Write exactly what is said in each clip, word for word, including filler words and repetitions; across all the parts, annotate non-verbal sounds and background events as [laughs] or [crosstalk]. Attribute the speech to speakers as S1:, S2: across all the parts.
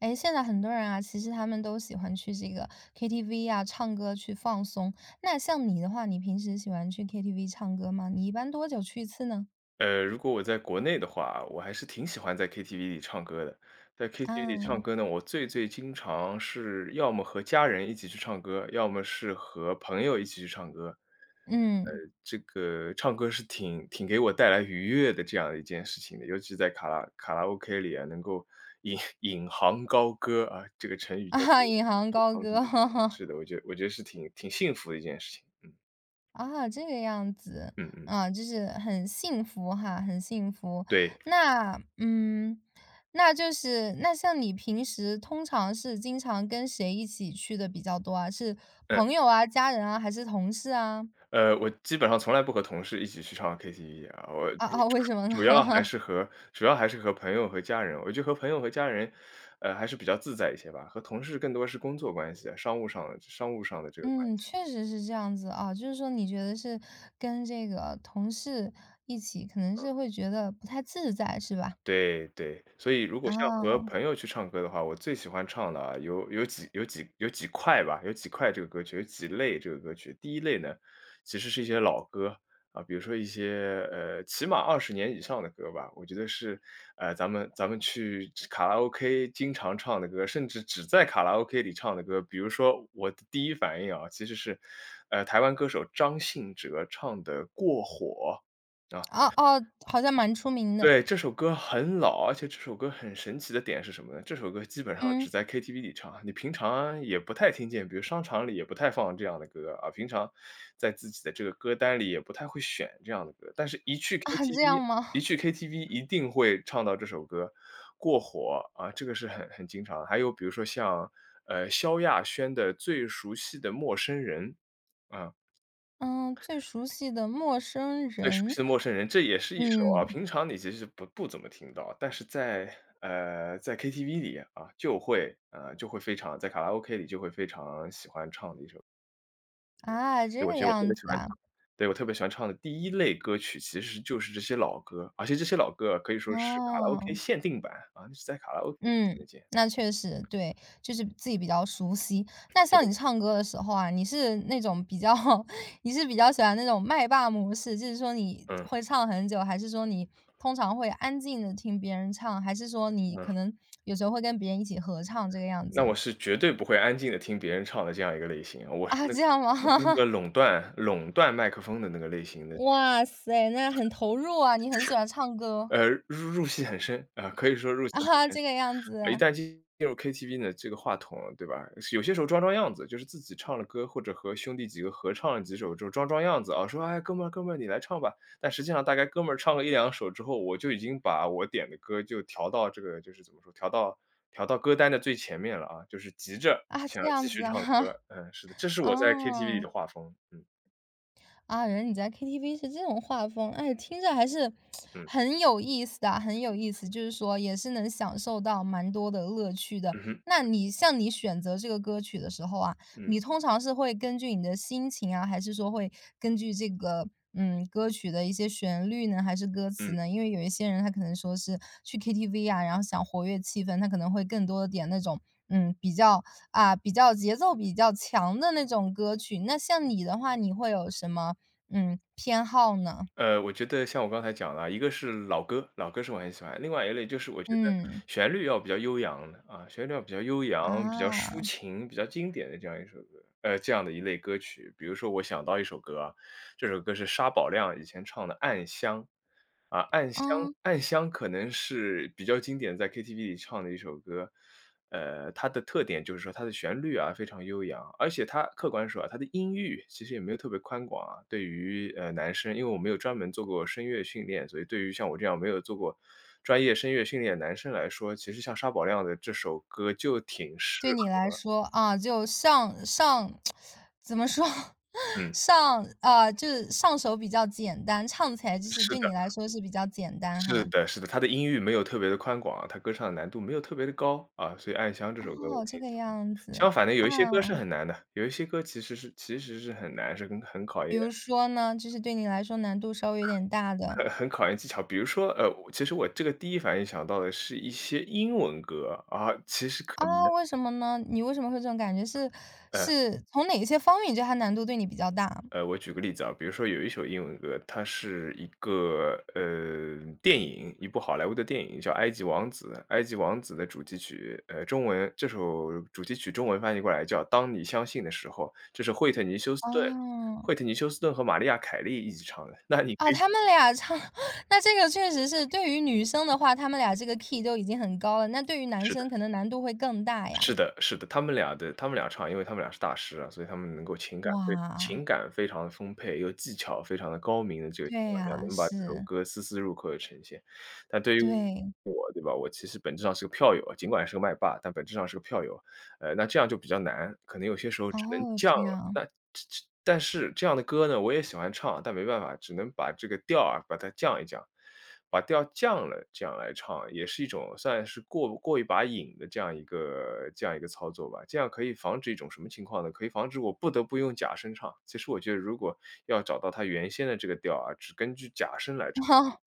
S1: 哎，现在很多人啊，其实他们都喜欢去这个 K T V 啊，唱歌去放松。那像你的话，你平时喜欢去 K T V 唱歌吗？你一般多久去一次呢？
S2: 呃，如果我在国内的话，我还是挺喜欢在 K T V 里唱歌的。在 K T V 里唱
S1: 啊。
S2: 歌呢，我最最经常是要么和家人一起去唱歌，要么是和朋友一起去唱歌。
S1: 嗯。
S2: 这个唱歌是挺挺给我带来愉悦的这样的一件事情的，尤其在卡拉卡拉 OK 里啊，能够引 [laughs] 引吭高歌啊，这个成
S1: [laughs]
S2: 语叫
S1: 啊，
S2: 做。
S1: 引吭高歌，[laughs] 哈哈。
S2: 是的，我觉得我觉得是挺挺幸福的一件事情。嗯
S1: 啊，这个样子。
S2: 嗯嗯，
S1: 啊，就是很幸福哈，很幸福。
S2: 对。
S1: 那，嗯，那就是那像你平时通常是经常跟谁一起去的比较多啊？是
S2: 嗯。
S1: 朋友啊、家人啊，还是同事啊？
S2: 呃，我基本上从来不和同事一起去唱 K T V 啊，我
S1: 啊
S2: 主
S1: 啊，为什么呢？
S2: 主要还
S1: [laughs]
S2: 是和主要还是和朋友和家人，我觉得和朋友和家人，呃，还是比较自在一些吧，和同事更多是工作关系，商务上的商务上的这个关
S1: 嗯，
S2: 系。
S1: 确实是这样子啊，就是说你觉得是跟这个同事一起，可能是会觉得不太自在，是吧？
S2: 对对，所以如果像和
S1: 啊。
S2: 朋友去唱歌的话，我最喜欢唱的啊，有有几有几有几块吧，有几块这个歌曲，有几类这个歌曲。第一类呢，其实是一些老歌啊，比如说一些呃，起码二十年以上的歌吧，我觉得是呃，咱们咱们去卡拉 OK 经常唱的歌，甚至只在卡拉 OK 里唱的歌。比如说我的第一反应啊，其实是，呃，台湾歌手张信哲唱的《过火》。啊，
S1: 哦哦，好像蛮出名的。
S2: 对，这首歌很老，而且这首歌很神奇的点是什么呢？这首歌基本上只
S1: 嗯。
S2: 在 K T V 里唱，你平常也不太听见，比如商场里也不太放这样的歌啊，平常在自己的这个歌单里也不太会选这样的歌，但是一
S1: 啊，
S2: 去
S1: 这样
S2: KTV
S1: 吗？
S2: 一去 KTV 一定会唱到这首歌，过火，啊，这个是很很经常。还有比如说像，呃，萧亚轩的《最熟悉的陌生人》，啊。
S1: 嗯，最熟悉的陌生
S2: 最熟
S1: 人。
S2: 悉的陌生人，这也是一首啊，
S1: 嗯。
S2: 平常你其实不不怎么听到，但是在呃，在 K T V 里啊，就会呃，就会非常在卡拉 OK 里就会非常喜欢唱的一首，
S1: 啊，
S2: 所以
S1: 这
S2: 我
S1: 个
S2: 觉得我特
S1: 样
S2: 别
S1: 子
S2: 喜欢
S1: 啊。
S2: 唱。对，我特别喜欢唱的第一类歌曲其实就是这些老歌，而且这些老歌啊可以说是卡拉 OK
S1: 哦。
S2: 限定版，啊，你只在卡拉 OK
S1: 嗯，
S2: 听得见。
S1: 那确实，对，就是自己比较熟悉。那
S2: 对，
S1: 像你唱歌的时候啊，你是那种比较 [laughs] 你是比较喜欢那种麦霸模式，就是说你
S2: 嗯，
S1: 会唱很久，还是说你通常会安静的听别人唱，还是说你
S2: 嗯，
S1: 可能有时候会跟别人一起合唱这个样
S2: 那我
S1: 子。
S2: 是绝对不会安静的听别人唱的这样一个类型啊，我
S1: [laughs]
S2: 是
S1: 啊？
S2: 那个
S1: 这样吗？
S2: 我是那个
S1: [laughs]
S2: 垄断垄断麦克风的那个类型的。
S1: 哇塞，那很投入啊！你很喜欢唱歌。
S2: 呃，入入戏很深，啊，可以说入戏很
S1: 啊，
S2: 深。
S1: 这个样子
S2: 呃，一
S1: 啊。
S2: 旦进入 K T V 呢，这个话筒，对吧？有些时候装装样子，就是自己唱了歌，或者和兄弟几个合唱了几首之后装装样子啊，说："哎，哥们儿，哥们儿，你来唱吧。"但实际上大概哥们儿唱个一两首之后，我就已经把我点的歌就调到这个就是怎么说，调到调到歌单的最前面了啊，就是急着
S1: 啊
S2: 想
S1: 这
S2: 要继
S1: 样
S2: 续
S1: 子啊。
S2: 唱歌。嗯，是的，这
S1: [laughs]
S2: 是我在 K T V 里的
S1: 哦。
S2: 画风。嗯，
S1: 啊，人你在 K T V 是这种画风，哎，听着还是
S2: 嗯，
S1: 很有意思的啊，很有意思，就是说也是能享受到蛮多的乐趣的。
S2: 嗯哼，
S1: 那你像你选择这个歌曲的时候啊，
S2: 嗯，
S1: 你通常是会根据你的心情啊，还是说会根据这个嗯歌曲的一些旋律呢，还是歌词
S2: 嗯。
S1: 呢？因为有一些人他可能说是去 K T V 啊，然后想活跃气氛，他可能会更多的点那种嗯比较啊比较节奏比较强的那种歌曲。那像你的话，你会有什么嗯，偏好呢？
S2: 呃，我觉得像我刚才讲的啊，一个是老歌，老歌是我很喜欢，另外一类就是我觉得
S1: 嗯。
S2: 旋律要比较悠扬的，啊，旋律要比较悠扬、比较抒
S1: 啊。
S2: 情、比较经典的这样一首歌，呃，这样的一类歌曲。比如说我想到一首歌啊，这首歌是沙宝亮以前唱的《暗香》，啊，《暗香》
S1: 嗯。
S2: 《暗香》可能是比较经典在 K T V 里唱的一首歌，呃，它的特点就是说它的旋律啊非常悠扬，而且它客观说啊，它的音域其实也没有特别宽广啊。对于，呃，男生，因为我没有专门做过声乐训练，所以对于像我这样没有做过专业声乐训练的男生来说，其实像沙宝亮的这首歌就挺适
S1: 对你
S2: 合。
S1: 来说，啊，就上上 [tsk] 怎么说？[laughs]
S2: 嗯，
S1: 上啊，就是上手比较简单，唱起来就是
S2: 是
S1: 对你
S2: 的。
S1: 来说是比较简单
S2: 是
S1: 哈。
S2: 的是的，他的音域没有特别的宽广啊他歌唱的难度没有特别的高，啊，所以《暗香》这首歌我
S1: 哦，这
S2: 挺
S1: 个
S2: 喜欢。
S1: 样子。
S2: 相反的，有
S1: 啊，
S2: 一些歌是很难的，有一些歌其实是其实是很难，是很很考验
S1: 比如说呢，就是对你来说难度稍微有点大的。
S2: [laughs] 很考验技巧。比如说，呃，我其实我这个第一反应想到的是一些英文歌，啊，其实可
S1: 啊，
S2: 能
S1: 为什么呢？你为什么会这种感觉？是
S2: 呃
S1: 是从哪些方面，你觉得它难度对你比较大？
S2: 呃，我举个例子啊，比如说有一首英文歌，它是一个呃电影，一部好莱坞的电影叫《埃及王子》，《埃及王子》的主题曲，呃，中文这首主题曲中文翻译过来叫《当你相信的时候》，这是惠特尼休斯顿
S1: 哦。
S2: 惠特尼休斯顿和玛利亚凯莉一起唱的，那你可
S1: 哦，
S2: 以
S1: 他们俩唱，[laughs] 那这个确实是对于女生的话，他们俩这个 key 都已经很高了，那对于男
S2: 是的。
S1: 生可能难度会更大
S2: 是
S1: 呀。
S2: 的是的，他们俩的他们俩唱，因为他们俩是大师啊，所以他们能够情感对
S1: 哇，
S2: 情感非常地丰沛，又技巧非常的高明的这个情
S1: 对
S2: 况下，
S1: 呀，
S2: 能把这首
S1: 是，
S2: 歌丝丝入扣的呈现。但对于
S1: 对。
S2: 我，对吧，我其实本质上是个票友啊，尽管是个麦霸，但本质上是个票友。呃，那这样就比较难，可能有些时候只能
S1: 哦，
S2: 降
S1: 这
S2: 了。
S1: 样。
S2: 那这这但是这样的歌呢，我也喜欢唱，但没办法，只能把这个调啊，把它降一降，把调降了，这样来唱，也是一种算是过过一把瘾的这样一个这样一个操作吧。这样可以防止一种什么情况呢？可以防止我不得不用假声唱。其实我觉得如果要找到它原先的这个调啊，只根据假声来
S1: [laughs]
S2: 唱，
S1: 哇，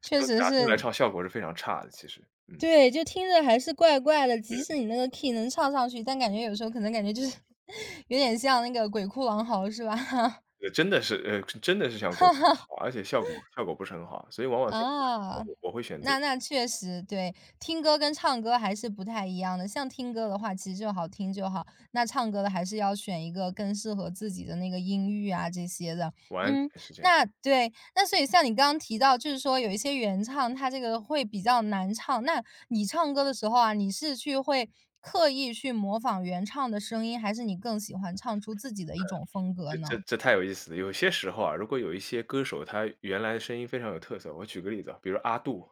S2: 只
S1: 确
S2: 用
S1: 实
S2: 假声来
S1: 是，
S2: 唱，效果是非常差的，其实。嗯。
S1: 对，就听着还是怪怪的，即使你那个 key 能唱上去，但感觉有时候可能感觉就是 [laughs] 有点像那个鬼哭狼嚎，是吧？[laughs]
S2: 呃，真的是呃，真的是像滚，而且效果效果不是很好，所以往往在这个时候
S1: 啊，
S2: 我我会选择。
S1: 那那确实，对，听歌跟唱歌还是不太一样的。像听歌的话，其实就好听就好，那唱歌的还是要选一个更适合自己的那个音域啊这些的。
S2: 完
S1: 嗯。
S2: 全是这样。
S1: 那对，那所以像你刚刚提到，就是说有一些原唱，它这个会比较难唱。那你唱歌的时候啊，你是去会刻意去模仿原唱的声音，还是你更喜欢唱出自己的一种风
S2: 这
S1: 格
S2: 这
S1: 呢？
S2: 这太有意思了，有些时候啊，如果有一些歌手他原来的声音非常有特色，我举个例子啊，比如阿杜，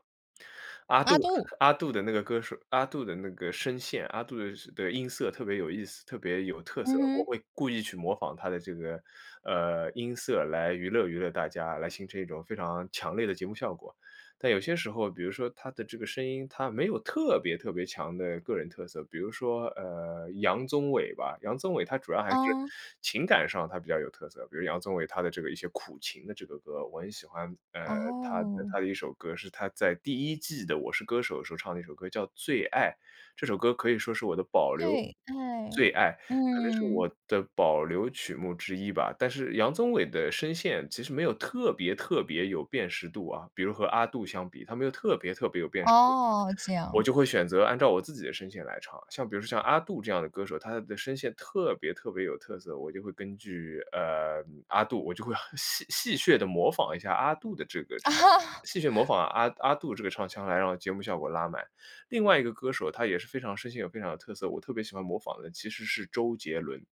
S2: 阿杜
S1: 阿杜。
S2: 阿杜的那个歌手，阿杜的那个声线，阿杜的是的音色特别有意思，特别有特色，我
S1: 嗯哼。
S2: 会故意去模仿他的这个，呃，音色来娱乐娱乐大家，来形成一种非常强烈的节目效果。但有些时候，比如说他的这个声音，他没有特别特别强的个人特色，比如说，呃，杨宗纬吧，杨宗纬他主要还是
S1: 啊。
S2: 情感上他比较有特色，比如杨宗纬他的这个一些苦情的这个歌，我很喜欢，呃，他的
S1: 哦。
S2: 他的一首歌是他在第一季的《我是歌手》的时候唱的一首歌叫《最爱》，这首歌可以说是我的保留
S1: 对，哎。
S2: 最爱。可能是
S1: 嗯。
S2: 我的保留曲目之一吧，但是杨宗纬的声线其实没有特别特别有辨识度啊，比如和阿杜相比，他没有特别特别有辨识度，
S1: 哦，这
S2: 我
S1: 样。
S2: 就会选择按照我自己的声线来唱。像比如说像阿杜这样的歌手，他的声线特别特别有特色，我就会根据，呃，阿杜，我就会 [laughs] 戏戏谑的模仿一下阿杜的这个唱
S1: [laughs]。
S2: 戏谑模仿阿阿杜这个唱腔来让节目效果拉满。另外一个歌手，他也是非常声线有非常有特色，我特别喜欢模仿的其实是周杰伦。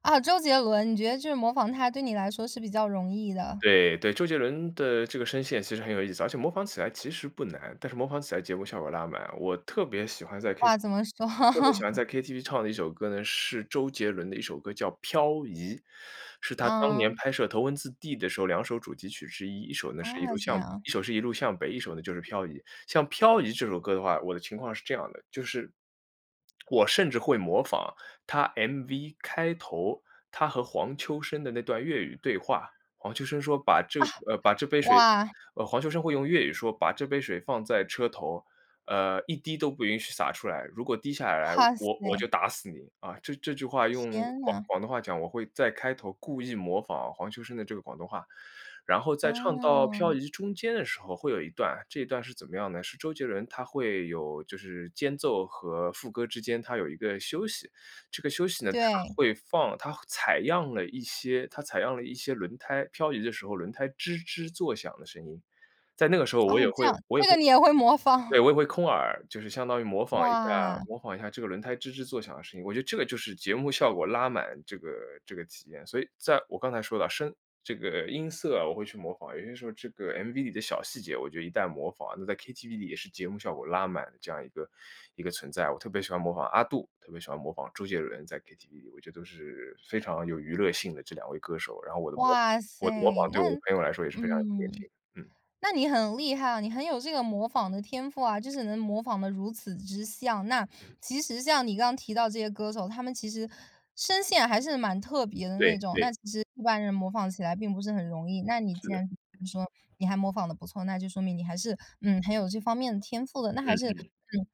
S1: 啊，周杰伦，你觉得就是模仿他对你来说是比较容易的？
S2: 对对，周杰伦的这个声线其实很有意思，而且模仿起来其实不难，但是模仿起来节目效果拉满。我特别喜欢在 K
S1: 哇，怎么说？
S2: 特别喜欢在
S1: [laughs]
S2: K T V 唱的一首歌呢，是周杰伦的一首歌叫《漂移》，是他当年
S1: 嗯。
S2: 拍摄《头文字 D》的时候两首主题曲之一，一首呢是一
S1: 啊，
S2: 路
S1: 这
S2: 向
S1: 样。
S2: 一首是一路向北，一首呢就是《漂移》。像《漂移》这首歌的话，我的情况是这样的，就是我甚至会模仿他 M V 开头，他和黄秋生的那段粤语对话。黄秋生说："把这
S1: 啊。
S2: 呃，把这杯水"。
S1: 哇。
S2: 呃，黄秋生会用粤语说："把这杯水放在车头，呃，一滴都不允许洒出来，如果滴下来，
S1: 哇
S2: 我我就
S1: 塞，
S2: 打死你。"啊，这这句话用
S1: 天
S2: 广
S1: 呐。
S2: 广东话讲，我会在开头故意模仿黄秋生的这个广东话，然后在唱到
S1: 啊。
S2: 漂移中间的时候会有一段，这一段是怎么样呢？是周杰伦他会有就是间奏和副歌之间，他有一个休息。这个休息呢，它
S1: 对。
S2: 会放它采样了一些它采样了一些轮胎漂移的时候轮胎吱吱作响的声音。在那个时候我也
S1: 哦，这
S2: 会
S1: 样，
S2: 我也
S1: 这
S2: 会
S1: 个你也会模
S2: 对，
S1: 仿。
S2: 我也
S1: [laughs]
S2: 会空耳，就是相当于模仿一下
S1: 哇。
S2: 模仿一下这个轮胎吱吱作响的声音，我觉得这个就是节目效果拉满这个这个体验。所以在我刚才说的声这个音色啊，我会去模仿，有些时候这个 M V 里的小细节，我觉得一旦模仿，那在 K T V 里也是节目效果拉满的这样一个一个存在。我特别喜欢模仿阿杜，特别喜欢模仿周杰伦在 K T V 里，我觉得都是非常有娱乐性的这两位歌手。然后我的模
S1: 哇塞。
S2: 我的模仿对
S1: 那
S2: 我的朋友来说也是非常有娱乐
S1: 嗯。
S2: 性。嗯，
S1: 那你很厉害啊，你很有这个模仿的天赋啊，就是能模仿的如此之像。那其实像你刚刚提到这些歌手，他们其实声线还是蛮特别的
S2: 对
S1: 那种，
S2: 对，
S1: 那其实一般人模仿起来并不是很容易。那你
S2: 是
S1: 既
S2: 的，
S1: 然说你还模仿的不错，那就说明你还是，嗯，很有这方面的天赋的，那还是，嗯，
S2: 嗯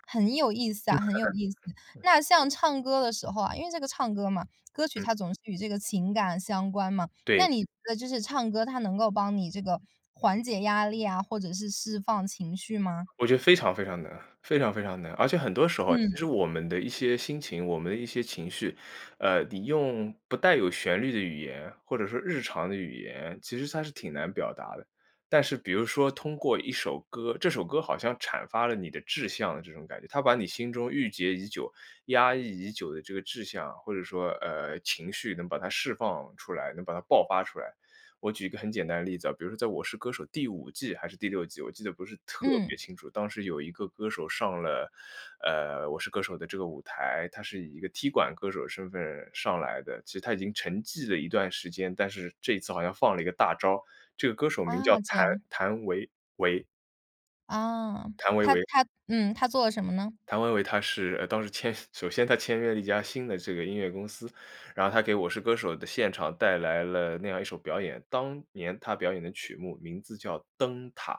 S1: 很有意思啊，很有意思。那像唱歌的时候啊，因为这个唱歌嘛，歌曲
S2: 嗯嗯，
S1: 它总是与这个情感相关嘛。那
S2: 对。
S1: 你觉得就是唱歌它能够帮你这个缓解压力啊，或者是释放情绪吗？
S2: 我觉得非常非常难，非常非常难。而且很多时候，其实
S1: 嗯。
S2: 我们的一些心情，我们的一些情绪，呃，你用不带有旋律的语言，或者说日常的语言，其实它是挺难表达的。但是比如说通过一首歌，这首歌好像阐发了你的志向的这种感觉，它把你心中郁结已久、压抑已久的这个志向，或者说呃情绪，能把它释放出来，能把它爆发出来。我举一个很简单的例子啊，比如说在《我是歌手》第五季还是第六季，我记得不是特
S1: 嗯。
S2: 别清楚，当时有一个歌手上了，呃，《我是歌手》的这个舞台，他是以一个踢馆歌手身份上来的，其实他已经沉寂了一段时间，但是这一次好像放了一个大招，这个歌手名叫
S1: 啊，这
S2: 谭
S1: 样。
S2: 谭维
S1: 啊，
S2: 谭维
S1: 他
S2: 维。
S1: 他嗯，他做了什么呢？
S2: 谭维维他是呃，当时签 [laughs] 首先他签约了一家新的这个音乐公司，然后他给《我是歌手》的现场带来了那样一首表演，当年他表演的曲目名字叫《灯塔》。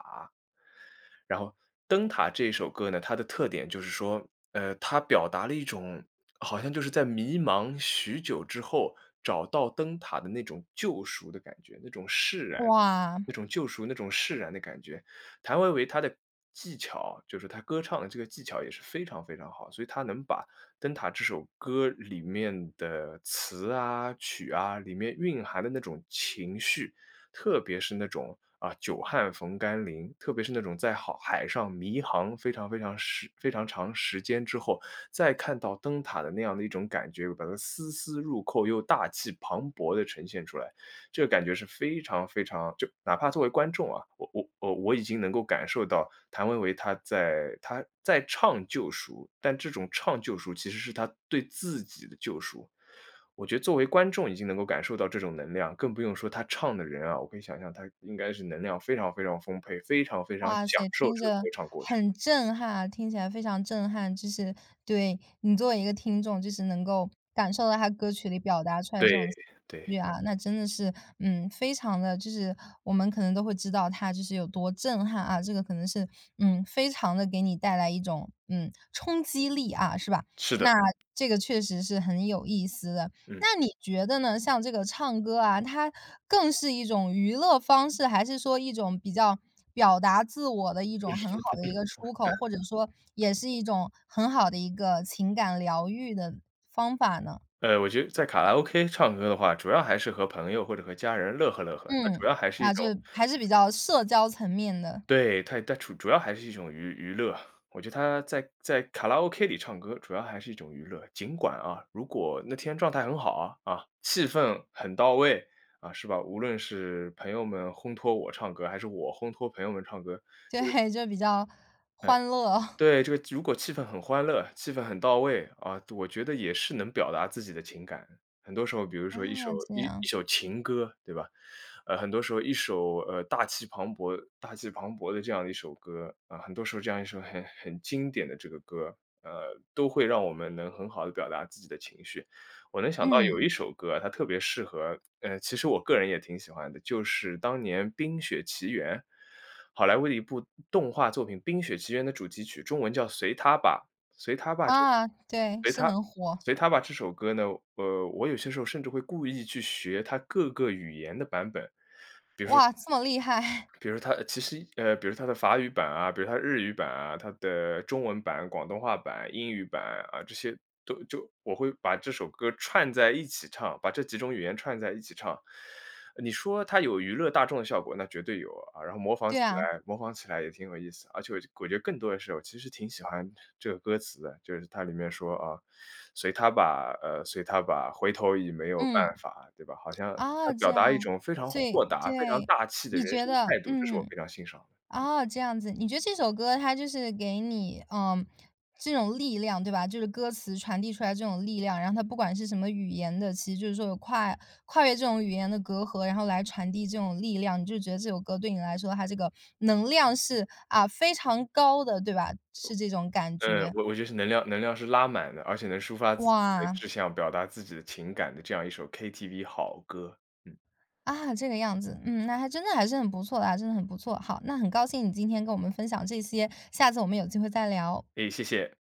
S2: 然后《灯塔》这首歌呢，它的特点就是说，呃，它表达了一种好像就是在迷茫许久之后找到灯塔的那种救赎的感觉，那种释然，
S1: 哇。
S2: 那种救赎，那种释然的感觉。谭维维她的技巧，就是她歌唱的这个技巧也是非常非常好，所以她能把《灯塔》这首歌里面的词啊、曲啊，里面蕴含的那种情绪，特别是那种啊久旱逢甘霖，特别是那种在好海上迷航非常非常时非常长时间之后，再看到灯塔的那样的一种感觉，把它丝丝入扣又大气磅礴的呈现出来，这个感觉是非常非常就哪怕作为观众啊，我我我我已经能够感受到谭维维他在他在唱救赎，但这种唱救赎其实是他对自己的救赎。我觉得作为观众已经能够感受到这种能量，更不用说他唱的人啊，我可以想象他应该是能量非常非常丰沛，非常非常
S1: 哇
S2: 享
S1: 塞，
S2: 受
S1: 听
S2: 这个歌
S1: 着
S2: 唱过程。
S1: 很震撼，听起来非常震撼。就是对你作为一个听众，就是能够感受到他歌曲里表达出来这
S2: 对，
S1: 种情
S2: 对，
S1: 绪啊，那真的是，嗯，非常的就是我们可能都会知道他就是有多震撼啊，这个可能是，嗯，非常的给你带来一种，嗯，冲击力啊，是吧？
S2: 是的，
S1: 那这个确实是很有意思的。
S2: 嗯。
S1: 那你觉得呢？像这个唱歌啊，它更是一种娱乐方式，还是说一种比较表达自我的一种很好的一个出口，或者说也是一种很好的一个情感疗愈的方法呢？
S2: 呃，我觉得在卡拉 OK 唱歌的话，主要还是和朋友或者和家人乐呵乐呵，它主
S1: 嗯。
S2: 要还是一
S1: 啊，就
S2: 种。
S1: 还是比较社交层面的。
S2: 对，它它主主要还是一种娱娱乐。我觉得他在在卡拉 OK 里唱歌，主要还是一种娱乐。尽管啊，如果那天状态很好啊，啊，气氛很到位，啊，是吧？无论是朋友们烘托我唱歌，还是我烘托朋友们唱歌，
S1: 对，就比较
S2: 呃
S1: 欢乐。
S2: 对，
S1: [laughs]。
S2: 这个如果气氛很欢乐，气氛很到位，啊，我觉得也是能表达自己的情感。很多时候，比如说一首
S1: 啊，这
S2: 一一
S1: 样。
S2: 首情歌，对吧？呃，很多时候一首，呃，大气磅礴大气磅礴的这样的一首歌，啊，很多时候这样一首很很经典的这个歌，呃，都会让我们能很好的表达自己的情绪。我能想到有一
S1: 嗯。
S2: 首歌，它特别适合呃，其实我个人也挺喜欢的，就是当年《冰雪奇缘》。好莱坞的一部动画作品《冰雪奇缘》的主题曲，中文叫《随他吧》，《随他吧》这
S1: 啊，对，
S2: 《随
S1: 是
S2: 他
S1: 很火。
S2: 随他吧》这首歌呢，呃，我有些时候甚至会故意去学它各个语言的版本。
S1: 哇，这么厉害。
S2: 比如它其实呃，比如它的法语版啊，比如它日语版啊，它的中文版、广东话版、英语版啊，这些都就我会把这首歌串在一起唱，把这几种语言串在一起唱。你说它有娱乐大众的效果，那绝对有啊，然后模
S1: [laughs]
S2: 仿
S1: 对
S2: 起
S1: 啊。
S2: 来模仿起来也挺有意思。而且我我觉得更多的是我其实挺喜欢这个歌词的，就是它里面说啊，随他吧，呃，随他吧，回头已没有办
S1: 嗯。
S2: 法，对吧？好像他
S1: 哦，这
S2: 表达一
S1: 样。
S2: 种非常
S1: 所
S2: 豁
S1: 以
S2: 达、非常
S1: 对，
S2: 大气的
S1: 你
S2: 人
S1: 觉
S2: 生
S1: 得
S2: 态度，这是我
S1: 嗯，
S2: 非常欣赏的。
S1: 哦，这样子，你觉得这首歌它就是给你，嗯，这种力量，对吧？就是歌词传递出来这种力量，然后它不管是什么语言的，其实就是说有跨跨越这种语言的隔阂，然后来传递这种力量，你就觉得这首歌对你来说，它这个能量是啊非常高的，对吧？是这种感
S2: 嗯，
S1: 觉。
S2: 我我觉得是能量能量是拉满的，而且能抒发自己的
S1: 哇。
S2: 志向、表达自己的情感的这样一首 K T V 好歌。嗯，
S1: 啊，这个样子，嗯，那还真的还是很不错的啊，真的很不错。好，那很高兴你今天跟我们分享这些，下次我们有机会再聊。
S2: 诶，谢谢。